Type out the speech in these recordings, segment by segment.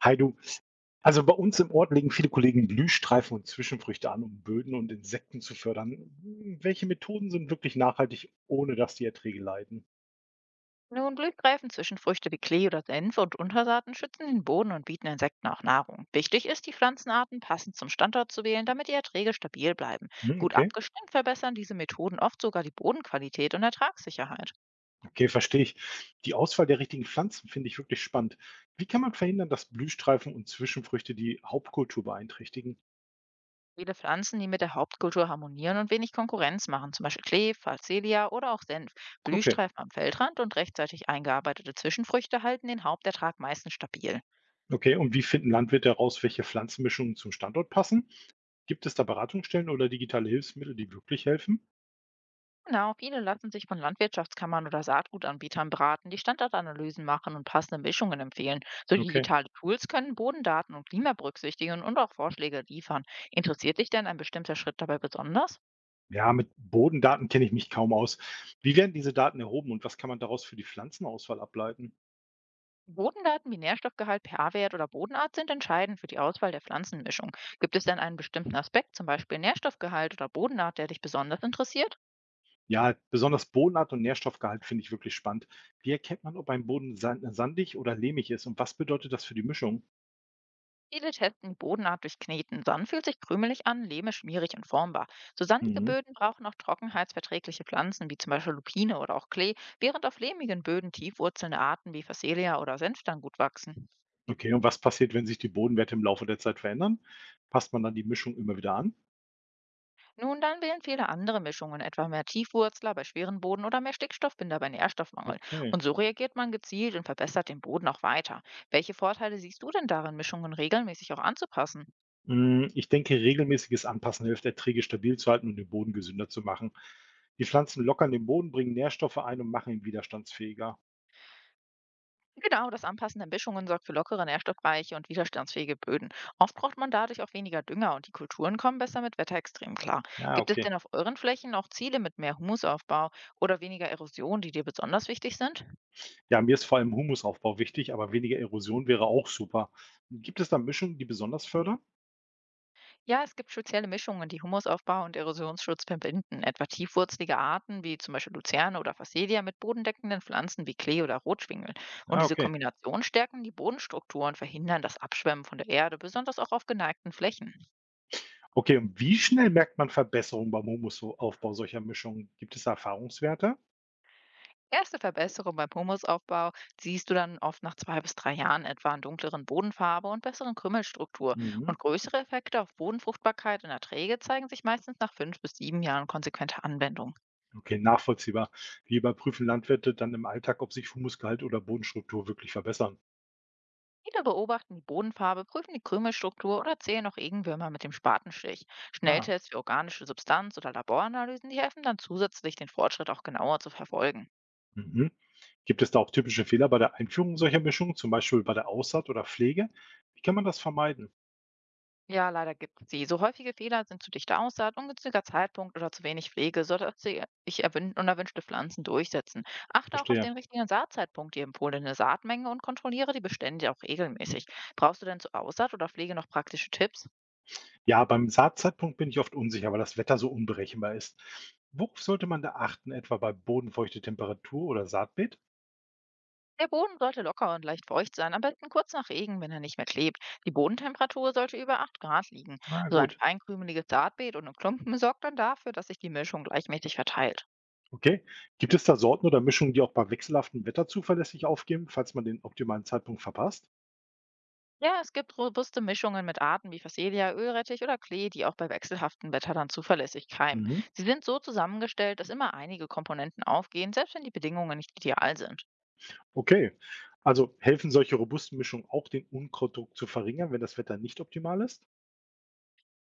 Hi du. Also bei uns im Ort legen viele Kollegen Blühstreifen und Zwischenfrüchte an, um Böden und Insekten zu fördern. Welche Methoden sind wirklich nachhaltig, ohne dass die Erträge leiden? Nun, Blühgreifen zwischenfrüchte wie Klee oder Senf und Untersaaten schützen den Boden und bieten Insekten auch Nahrung. Wichtig ist, die Pflanzenarten passend zum Standort zu wählen, damit die Erträge stabil bleiben. Hm, Gut okay, abgestimmt verbessern diese Methoden oft sogar die Bodenqualität und Ertragssicherheit. okay, verstehe ich. Die Auswahl der richtigen Pflanzen finde ich wirklich spannend. Wie kann man verhindern, dass Blühstreifen und Zwischenfrüchte die Hauptkultur beeinträchtigen? Viele Pflanzen, die mit der Hauptkultur harmonieren und wenig Konkurrenz machen, zum Beispiel Klee, Phacelia oder auch Senf, Okay, Blühstreifen am Feldrand und rechtzeitig eingearbeitete Zwischenfrüchte halten den Hauptertrag meistens stabil. okay. Und wie finden Landwirte heraus, welche Pflanzenmischungen zum Standort passen? Gibt es da Beratungsstellen oder digitale Hilfsmittel, die wirklich helfen? Genau, viele lassen sich von Landwirtschaftskammern oder Saatgutanbietern beraten, die Standortanalysen machen und passende Mischungen empfehlen. So Okay. digitale Tools können Bodendaten und Klima berücksichtigen und auch Vorschläge liefern. Interessiert dich denn ein bestimmter Schritt dabei besonders? Ja, mit Bodendaten kenne ich mich kaum aus. Wie werden diese Daten erhoben und was kann man daraus für die Pflanzenauswahl ableiten? Bodendaten wie Nährstoffgehalt, pH-Wert oder Bodenart sind entscheidend für die Auswahl der Pflanzenmischung. Gibt es denn einen bestimmten Aspekt, zum Beispiel Nährstoffgehalt oder Bodenart, der dich besonders interessiert? Ja, besonders Bodenart und Nährstoffgehalt finde ich wirklich spannend. Wie erkennt man, ob ein Boden sandig oder lehmig ist und was bedeutet das für die Mischung? Viele testen die Bodenart durch Kneten. Dann fühlt sich krümelig an, Lehme schmierig und formbar. So sandige Mhm. Böden brauchen auch trockenheitsverträgliche Pflanzen wie zum Beispiel Lupine oder auch Klee, während auf lehmigen Böden tiefwurzelnde Arten wie Phacelia oder Senf dann gut wachsen. Okay, und was passiert, wenn sich die Bodenwerte im Laufe der Zeit verändern? Passt man dann die Mischung immer wieder an? Nun, dann wählen viele andere Mischungen, etwa mehr Tiefwurzler bei schweren Boden oder mehr Stickstoffbinder bei Nährstoffmangel. Okay. Und so reagiert man gezielt und verbessert den Boden auch weiter. Welche Vorteile siehst du denn darin, Mischungen regelmäßig auch anzupassen? Mm, ich denke, regelmäßiges Anpassen hilft, Erträge stabil zu halten und den Boden gesünder zu machen. Die Pflanzen lockern den Boden, bringen Nährstoffe ein und machen ihn widerstandsfähiger. Genau, das Anpassen der Mischungen sorgt für lockere, nährstoffreiche und widerstandsfähige Böden. Oft braucht man dadurch auch weniger Dünger und die Kulturen kommen besser mit Wetterextremen klar. Ja, Gibt es okay. denn auf euren Flächen auch Ziele mit mehr Humusaufbau oder weniger Erosion, die dir besonders wichtig sind? Ja, mir ist vor allem Humusaufbau wichtig, aber weniger Erosion wäre auch super. Gibt es da Mischungen, die besonders fördern? Ja, es gibt spezielle Mischungen, die Humusaufbau und Erosionsschutz verbinden. Etwa tiefwurzelige Arten wie zum Beispiel Luzerne oder Facelia mit bodendeckenden Pflanzen wie Klee oder Rotschwingel. Und Ah, diese okay. Kombination stärken die Bodenstruktur und verhindern das Abschwemmen von der Erde, besonders auch auf geneigten Flächen. Okay, und wie schnell merkt man Verbesserungen beim Humusaufbau solcher Mischungen? Gibt es da Erfahrungswerte? Erste Verbesserung beim Humusaufbau siehst du dann oft nach 2 bis 3 Jahren etwa in dunkleren Bodenfarbe und besseren Krümelstruktur. Mhm. Und größere Effekte auf Bodenfruchtbarkeit und Erträge zeigen sich meistens nach 5 bis 7 Jahren konsequenter Anwendung. Okay, nachvollziehbar. Wie überprüfen Landwirte dann im Alltag, ob sich Humusgehalt oder Bodenstruktur wirklich verbessern? Viele beobachten die Bodenfarbe, prüfen die Krümelstruktur oder zählen auch Regenwürmer mit dem Spatenstich. Ah. Schnelltests für organische Substanz oder Laboranalysen, die helfen dann zusätzlich, den Fortschritt auch genauer zu verfolgen. Mhm. Gibt es da auch typische Fehler bei der Einführung solcher Mischungen, zum Beispiel bei der Aussaat oder Pflege? Wie kann man das vermeiden? Ja, leider gibt es sie. So häufige Fehler sind zu dichte Aussaat, ungünstiger Zeitpunkt oder zu wenig Pflege, sodass sie sich unerwünschte Pflanzen durchsetzen. Achte auch auf Verstehe. den richtigen Saatzeitpunkt, die empfohlene Saatmenge und kontrolliere die Bestände auch regelmäßig. Brauchst du denn zur Aussaat oder Pflege noch praktische Tipps? Ja, beim Saatzeitpunkt bin ich oft unsicher, weil das Wetter so unberechenbar ist. Worauf sollte man da achten, etwa bei bodenfeuchte Temperatur oder Saatbeet? Der Boden sollte locker und leicht feucht sein, am besten kurz nach Regen, wenn er nicht mehr klebt. Die Bodentemperatur sollte über 8 Grad liegen. Ah, So ein gut. feinkrümeliges Saatbeet und ein Klumpen sorgt dann dafür, dass sich die Mischung gleichmäßig verteilt. Okay. Gibt es da Sorten oder Mischungen, die auch bei wechselhaftem Wetter zuverlässig aufgeben, falls man den optimalen Zeitpunkt verpasst? Ja, es gibt robuste Mischungen mit Arten wie Phacelia, Ölrettich oder Klee, die auch bei wechselhaftem Wetter dann zuverlässig keimen. Mhm. Sie sind so zusammengestellt, dass immer einige Komponenten aufgehen, selbst wenn die Bedingungen nicht ideal sind. Okay. Also helfen solche robusten Mischungen auch, den Unkrautdruck zu verringern, wenn das Wetter nicht optimal ist?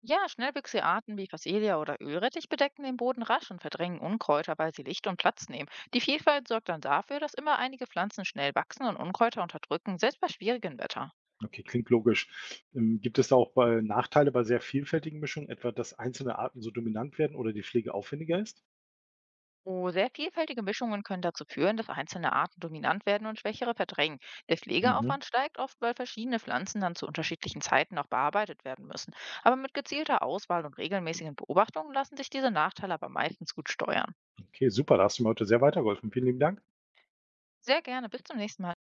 Ja, schnellwüchsige Arten wie Phacelia oder Ölrettich bedecken den Boden rasch und verdrängen Unkräuter, weil sie Licht und Platz nehmen. Die Vielfalt sorgt dann dafür, dass immer einige Pflanzen schnell wachsen und Unkräuter unterdrücken, selbst bei schwierigem Wetter. Okay, klingt logisch. Gibt es da auch bei Nachteile bei sehr vielfältigen Mischungen, etwa dass einzelne Arten so dominant werden oder die Pflege aufwendiger ist? Oh, sehr vielfältige Mischungen können dazu führen, dass einzelne Arten dominant werden und schwächere verdrängen. Der Mhm. Pflegeaufwand steigt oft, weil verschiedene Pflanzen dann zu unterschiedlichen Zeiten auch bearbeitet werden müssen. Aber mit gezielter Auswahl und regelmäßigen Beobachtungen lassen sich diese Nachteile aber meistens gut steuern. Okay, super, da hast du mir heute sehr weitergeholfen. Vielen lieben Dank. Sehr gerne, bis zum nächsten Mal.